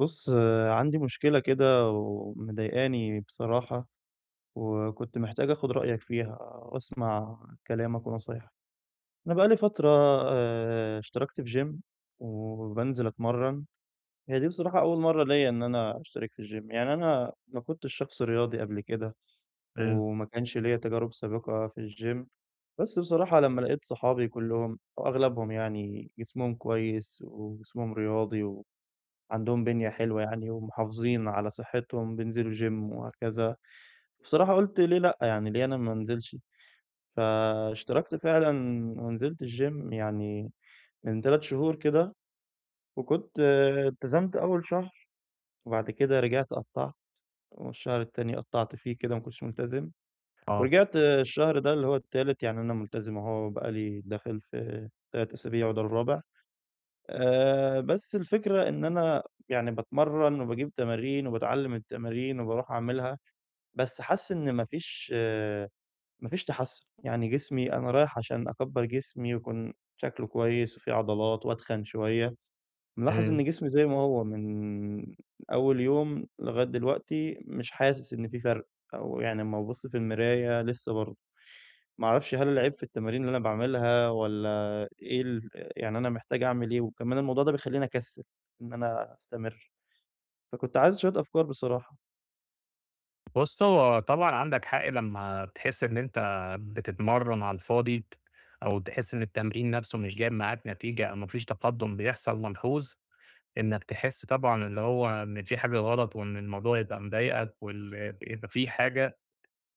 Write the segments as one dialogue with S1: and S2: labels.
S1: بُص، عندي مشكلة كده ومضايقاني بصراحة، وكنت محتاج آخُد رأيك فيها وأسمع كلامك ونصايحك. أنا بقى لي فترة اشتركت في gym وبانزل أتمرّن، هي دي بصراحة أول مرّة ليّا إن أنا أشترك في الgym، يعني أنا ما كنتش شخص رياضي قبل كده
S2: إمم،
S1: وما كانش ليّا تجارب سابقة في الgym، بس بصراحة لمّا لقيت صحابي كُلّهم أو أغلبهم يعني جسمهم كويس وجسمهم رياضي عندهم بنية حلوة يعني ومحافظين على صحتهم، بينزلوا جيم وهكذا. بصراحة قُلت ليه لأ، يعني ليه أنا ما انزلش؟ فاشتركت فعلًا ونزلت الجيم يعني من 3 شهور كده، وكنت التزمت أول شهر، وبعد كده رجعت قطّعت، والشهر التاني قطّعت فيه كده ما كنتش ملتزم،
S2: آه،
S1: ورجعت الشهر ده اللي هو التالت يعني أنا ملتزم أهو بقى لي داخل في 3 أسابيع وده الرابع. بس الفكرة إن أنا يعني باتمرّن وباجيب تمارين وباتعلّم التمارين وباروح أعملها، بس حاسس إن ما فيش تحسّن، يعني جسمي أنا رايح عشان أكبّر جسمي ويكون شكله كويس وفيه عضلات وأتخن شوية، ملاحظ
S2: إمم.
S1: إن جسمي زي ما هو من أول يوم لغاية دلوقتي مش حاسس إن في فرق، أو يعني أمّا أبُص في المراية لسه برضه. ما أعرفش هل العيب في التمارين اللي أنا باعملها والّا إيه يعني أنا محتاج أعمل إيه؟ وكمان الموضوع ده بيخلّيني أكسل إن أنا أستمر، فكنت عايز شوية أفكار بصراحة.
S2: بُص، هو طبعًا عندك حق لمّا تحس إن أنت بتتمرّن على الفاضي، أو تحس إن التمرين نفسه مش جايب معاك نتيجة أو ما فيش تقدُّم بيحصل ملحوظ، إنّك تحس طبعًا اللي هو إن في حاجة غلط وإن الموضوع يبقى مضايقك وال يبقى في حاجة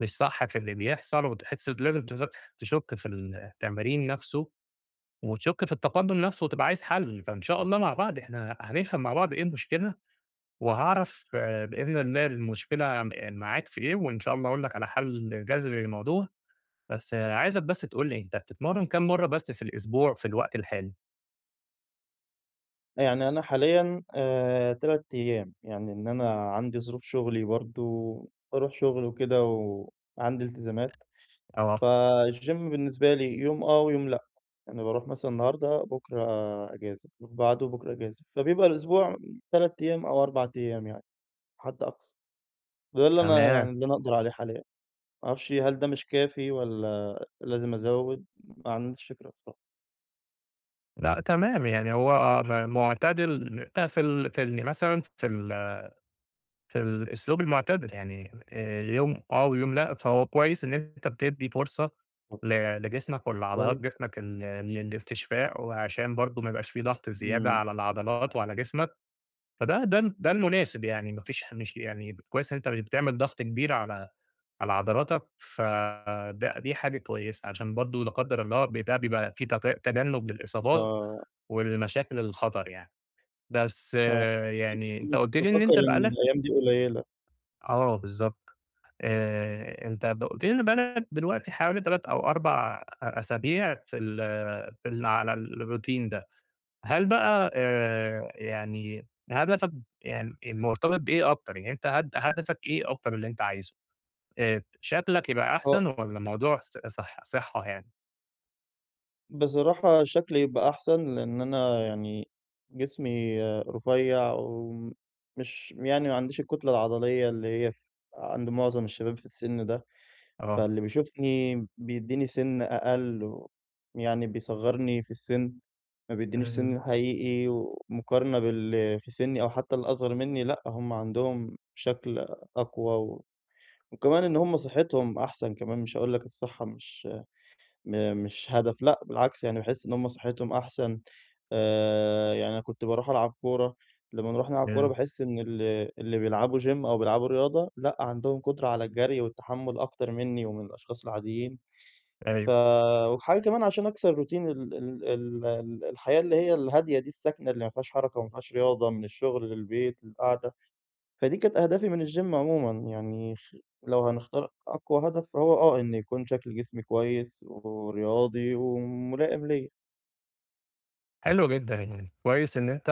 S2: مش صح في اللي بيحصل وتحس لازم تشُك في التمرين نفسه وتشُك في التقدُّم نفسه وتبقى عايز حَل، فإن شاء الله مع بعض إحنا هنفهم مع بعض إيه المشكلة وهاعرف بإذن الله المشكلة م آه، معاك في إيه، وإن شاء الله أقول لك على حل جذري للموضوع، بس عايزك بس تقول لي أنت بتتمرّن كام مرّة بس في الأسبوع في الوقت الحالي؟
S1: يعني أنا حاليًا 3 أيام، يعني إن أنا عندي ظروف شغلي برضه، باروح شغل وكده وعندي التزامات،
S2: آه،
S1: فالgym بالنسبة لي يوم آه ويوم لأ، يعني باروح مثلًا النهارده، بُكرة إجازة، وبعده بُكرة إجازة، فبيبقى الأسبوع 3 أيام أو 4 أيام يعني، حد أقصى، ده اللي أنا يعني
S2: تمام.
S1: اللي أنا أقدر عليه حاليًا. ما أعرفش هل ده مش كافي والّا لازم أزوّد؟ ما عنديش فكرة بصراحة.
S2: لأ تمام، يعني هو آه، م معتدل أ في ال في ال مثلًا في ال في الأسلوب المعتدل، يعني يوم آه ويوم لأ، فهو كويس إن أنت بتدّي فرصة
S1: طب
S2: ل لجسمك ولعضلات
S1: كويس.
S2: جسمك ال للاستشفاء، وعشان برضه ما يبقاش في ضغط زيادة
S1: إمم.
S2: على العضلات وعلى جسمك. فده ده ده المناسب يعني ما فيش مش يعني كويس إن أنت مش بتعمل ضغط كبير على عضلاتك، فده دي حاجة كويسة عشان برضه لا قدر الله ده بيبقى في تجنب للإصابات
S1: آه،
S2: والمشاكل الخطر يعني. بس
S1: آه.
S2: يعني أنت قُلت
S1: كنت
S2: لي إن
S1: بافكّر
S2: أنت بقى
S1: إن
S2: لك
S1: الأيام دي قليّلة.
S2: بالضبط. أنت قُلت لي إن بقى لك دلوقتي حوالي 3 أو 4 أسابيع في على الroutine ده. هل بقى يعني هدفك يعني مرتبط بإيه أكتر؟ يعني أنت هدفك إيه أكتر اللي أنت عايزه؟ شكلك يبقى أحسن
S1: هو
S2: والّا الموضوع ص صح صحّة يعني؟
S1: بصراحة شكلي يبقى أحسن، لإن أنا يعني جسمي رفيّع ومش يعني ما عنديش الكتلة العضلية اللي هي عند معظم الشباب في السِن ده.
S2: آه.
S1: فاللي بيشوفني بيدّيني سِن أقل يعني بيصغّرني في السِن، ما بيدّينيش سِنّي
S2: إمم،
S1: الحقيقي، ومقارنة باللي في سِنّي أو حتى الأصغر منّي لأ، هم عندهم شكل أقوى و وكمان إن هم صحّتهم أحسن كمان، مش هاقول لك الصحّة مش هدف، لأ بالعكس يعني باحس إن هُم صحتهم أحسن، يعني أنا كنت باروح ألعب كورة، لمّا نروح نلعب كورة
S2: إمم،
S1: باحس إن اللي بيلعبوا gym أو بيلعبوا رياضة، لأ عندهم قدرة على الجري والتحمُّل أكتر منّي ومن الأشخاص العاديين، ف
S2: أيوه.
S1: وحاجة كمان عشان أكسر روتين ال ال ال ال الحياة اللي هي الهادية دي الساكنة اللي ما فيهاش حركة وما فيهاش رياضة، من الشغل للبيت للقعدة. فدي كانت أهدافي من الgym عمومًا، يعني لو هنختار أقوى هدف فهو إن يكون شكل جسمي كويس ورياضي وملائم ليّا.
S2: حلو جدًا يعني، كويس إن أنت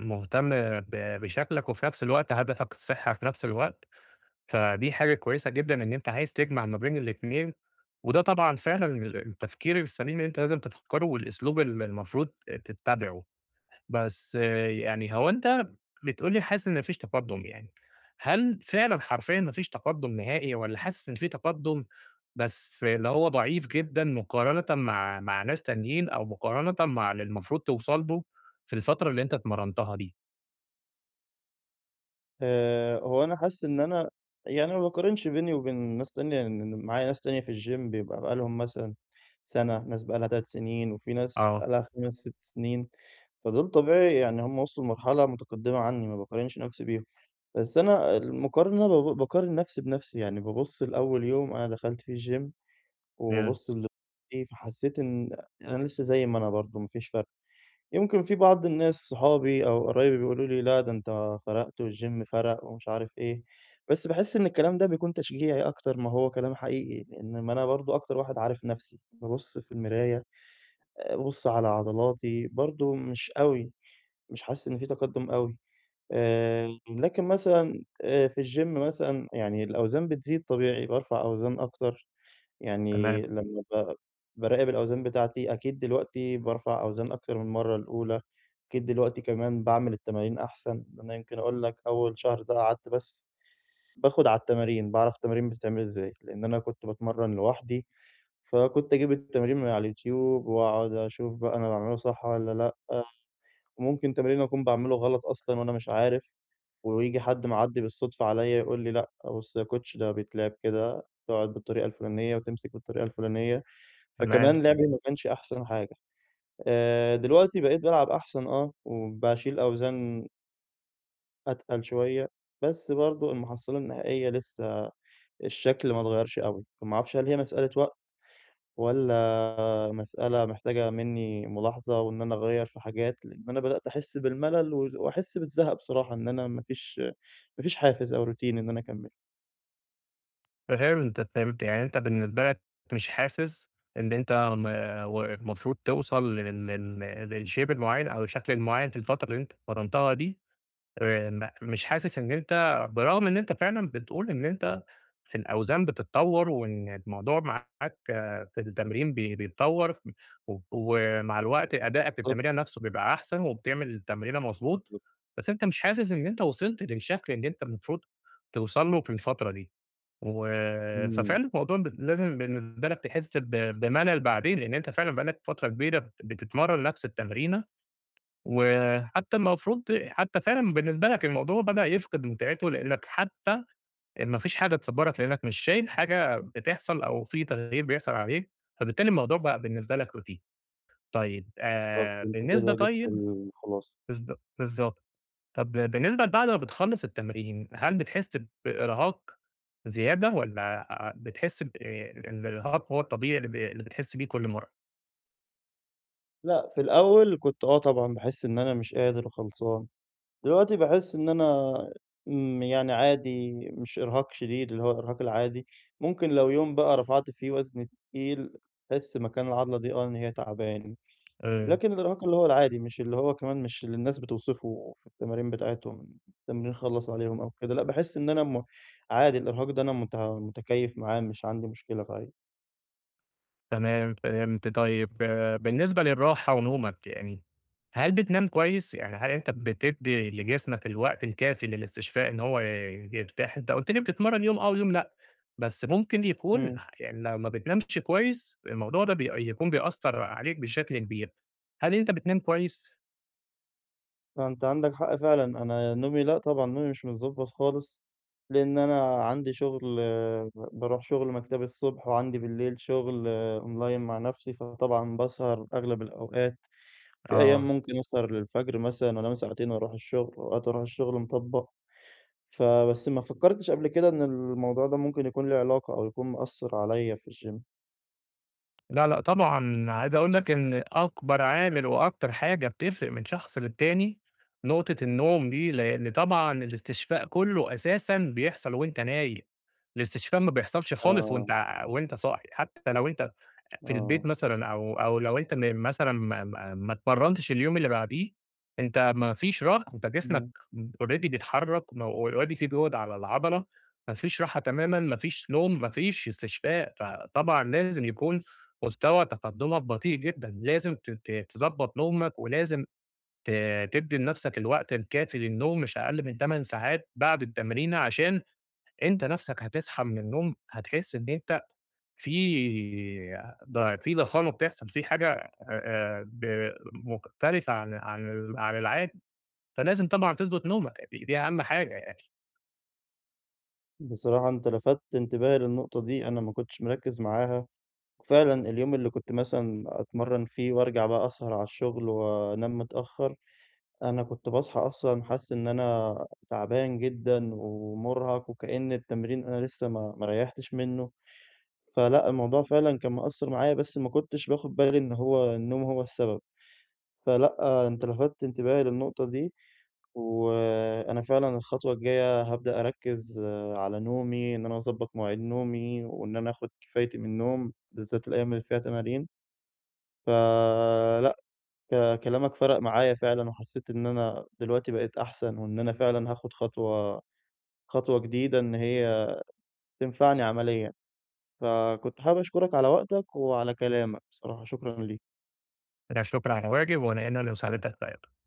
S2: مهتم ب بشكلك وفي نفس الوقت هدفك الصحة في نفس الوقت، فدي حاجة كويسة جدًا إن أنت عايز تجمع ما بين الاتنين، وده طبعًا فعلًا التفكير السليم اللي أنت لازم تفكّره والأسلوب اللي المفروض تتبعه. بس يعني هو أنت بتقول لي حاسس إن ما فيش تقدُّم يعني، هل فعلًا حرفيًا ما فيش تقدُّم نهائي والّا حاسس إن في تقدُّم بس اللي هو ضعيف جدًا مقارنةً مع ناس تانيين أو مقارنةً مع اللي المفروض توصل له في الفترة اللي أنت اتمرنتها دي؟
S1: هو أنا حاسس إن أنا يعني ما باقارنش بيني وبين ناس تانية، إن معايا ناس تانية في الgym بيبقى بقى لهم مثلًا سَنة، ناس بقى لها 3 سنين، وفي ناس
S2: آه،
S1: بقى لها 5، 6 سنين، فدول طبيعي يعني هم وصلوا لمرحلة متقدمة عني، ما باقارنش نفسي بيهم. بس أنا المقارنة باقارن نفسي بنفسي، يعني بابُص لأول يوم أنا دخلت فيه الgym
S2: امم،
S1: وبابُص للي فحسّيت إن أنا لسه زي ما أنا برضه ما فيش فرق. يمكن في بعض الناس صحابي أو قرايبي بيقولوا لي: "لأ، ده أنت فرقت والgym فرق." ومش عارف إيه، بس باحس إن الكلام ده بيكون تشجيعي أكتر ما هو كلام حقيقي، لإن ما أنا برضه أكتر واحد عارف نَفْسي، بابُص في المراية، بابُص على عضلاتي، برضه مش أوي، مش حاسس إن في تقدُّم أوي. لكن مثلًا في الgym مثلًا يعني الأوزان بتزيد طبيعي، بارفع أوزان أكتر. يعني
S2: تمام،
S1: لمّا باراقب الأوزان بتاعتي، أكيد دلوقتي بارفع أوزان أكتر من المرّة الأولى، أكيد دلوقتي كمان باعمل التمارين أحسن، أنا يمكن أقول لك أول شهر ده قعدت بس باخد على التمارين، باعرف التمارين بتتعمل إزاي، لإن أنا كنت باتمرّن لوحدي، فكنت أجيب التمارين من على اليوتيوب وأقعد أشوف بقى أنا باعمله صح والّا لأ، وممكن تمرين أكون باعمله غلط أصلًا وأنا مش عارف، وييجي حد معدّي بالصدفة عليَّ يقول لي: "لأ بُص يا كوتش ده بيتلعب كده، تقعد بالطريقة الفلانية وتمسك بالطريقة الفلانية."
S2: تمام.
S1: فكمان لعبي ما كانش أحسن حاجة. دلوقتي بقيت بالعب أحسن وباشيل أوزان أتقل شوية، بس برضه المحصلة النهائية لسه الشكل ما اتغيّرش أوي، فما أعرفش هل هي مسألة وقت والّا مسألة محتاجة منّي ملاحظة وإن أنا أغيّر في حاجات، لإن أنا بدأت أحس بالملل و وأحس بالزهق بصراحة إن أنا ما فيش حافز أو routine إن أنا أكمّل.
S2: فهمت، فهمت. يعني أنت بالنسبة لك مش حاسس إن أنت م و المفروض توصل لل لل للshape المعيّن أو الشكل المعيّن في الفترة اللي أنت اتمرنتها دي؟ م مش حاسس إن أنت برغم إن أنت فعلًا بتقول إن أنت في الأوزان بتتطور، وإن الموضوع معاك في التمرين بيتطور، ومع الوقت أدائك في
S1: بالضبط،
S2: التمرين نفسه بيبقى أحسن، وبتعمل التمرينة مضبوط،
S1: بالضبط.
S2: بس أنت مش حاسس إن أنت وصلت للشكل اللي أنت المفروض توصل له في الفترة دي، و
S1: إمم،
S2: ففعلًا الموضوع لازم بالنسبة لك تحس بملل بعدين، لأن أنت فعلًا بقى لك فترة كبيرة بتتمرن نفس التمرينة. وحتى المفروض حتى فعلًا بالنسبة لك الموضوع بدأ يفقد متعته، لإنّك حتى ما فيش حاجة تصبّرك، لإنّك مش شايف حاجة بتحصل أو في تغيير بيحصل عليك، فبالتالي الموضوع بقى بالنسبة لك روتين. طيب
S1: بالضبط، أنت
S2: بالنسبة
S1: كده جبت
S2: طيب
S1: الخلاصة.
S2: بالض بالضبط. طب بالنسبة بعد ما بتخلّص التمرين، هل بتحس بإرهاق زيادة والّا بتحس ب الإرهاق هو الطبيعي اللي بتحس بيه كل مرّة؟
S1: لأ، في الأول كنت طبعًا باحس إن أنا مش قادر وخلصان. دلوقتي باحس إن أنا يعني عادي مش إرهاق شديد اللي هو الإرهاق العادي، ممكن لو يوم بقى رفعت فيه وزن تقيل أحس مكان العضلة دي إن هي تعباني،
S2: آآ
S1: لكن الإرهاق اللي هو العادي مش اللي هو كمان مش اللي الناس بتوصفه في التمارين بتاعتهم، التمرين خلّص عليهم أو كده، لأ باحس إن أنا عادي الإرهاق ده أنا متكيّف معاه مش عندي مشكلة في
S2: تمام، فهمت. طيب بالنسبة للراحة ونومك يعني، هل بتنام كويس؟ يعني هل أنت بتدّي لجسمك الوقت الكافي للاستشفاء إن هو يرتاح؟ أنت قُلت لي بتتمرّن يوم آه ويوم لأ، بس ممكن يكون
S1: إمم.
S2: يعني لو ما بتنامش كويس، الموضوع ده يكون بيأثّر عليك بشكل كبير. هل أنت بتنام كويس؟
S1: فأنت عندك حق فعلًا، أنا نومي لأ طبعًا، نومي مش متضبّط خالص، لإن أنا عندي شغل باروح شغل مكتبي الصبح وعندي بالليل شغل أونلاين مع نَفْسي، فطبعًا باسهر أغلب الأوقات، في أيام
S2: آه.
S1: ممكن أسهر للفجر مثلًا وأنام ساعتين وأروح الشغل، أوقات أروح الشغل مطبّق، فبس ما فكّرتش قبل كده إن الموضوع ده ممكن يكون ليه علاقة أو يكون مأثّر عليّا في الgym.
S2: لا، لأ طبعًا، عايز أقول لك إن أكبر عامل وأكتر حاجة بتفرق من شخص للتاني نقطة النوم دي، لإن طبعًا الاستشفاء كله أساسًا بيحصل وأنت نايم، الاستشفاء ما بيحصلش خالص وأنت
S1: آه،
S2: وأنت صاحي، حتى لو أنت في البيت
S1: آه،
S2: مثلًا أو لو أنت مثلًا ما اتمرنتش اليوم اللي بعديه، أنت ما فيش راحة، أنت جسمك
S1: إمم،
S2: already بيتحرك و already في load على العضلة، ما فيش راحة تمامًا، ما فيش نوم، ما فيش استشفاء، فطبعًا لازم يكون مستوى تقدمك بطيء جدًا، لازم ت ت تضبّط نومك، ولازم ت تدّي لنفسك الوقت الكافي للنوم مش أقل من 8 ساعات بعد التمرينة، عشان أنت نفسك هتصحى من النوم هتحس إن أنت في ض في ضخامة بتحصل، في حاجة ب مختلفة عن العادي، فلازم طبعًا تضبط نومك، دي أهم حاجة يعني.
S1: بصراحة أنت لفتت انتباهي للنقطة دي، أنا ما كنتش مركّز معاها. فعلًا اليوم اللي كنت مثلًا أتمرّن فيه وارجع بقى أسهر على الشغل وانام متأخّر، أنا كنت باصحى أصلًا حاسس إن أنا تعبان جدًا ومُرهَق وكأن التمرين أنا لسه ما ريّحتش منّه، فلأ الموضوع فعلًا كان مأثّر معايا بس ما كنتش باخد بالي إن هو النوم هو السبب، فلأ أنت لفتت انتباهي للنقطة دي، وأنا فعلًا الخطوة الجاية هابدأ أركّز على نومي، إن أنا أضبّط مواعيد نومي وإن أنا آخُد كفايتي من النوم بالذات الأيام اللي فيها تمارين. فلأ، كلامك فرق معايا فعلًا، وحسيت إن أنا دلوقتي بقيت أحسن، وإن أنا فعلًا هاخد خطوة جديدة إن هي تنفعني عمليًا، فكنت حابب أشكرك على وقتك وعلى كلامك بصراحة، شكرًا ليك.
S2: لا شكر على واجب، وأنا هنا لمساعدتك في أي وقت.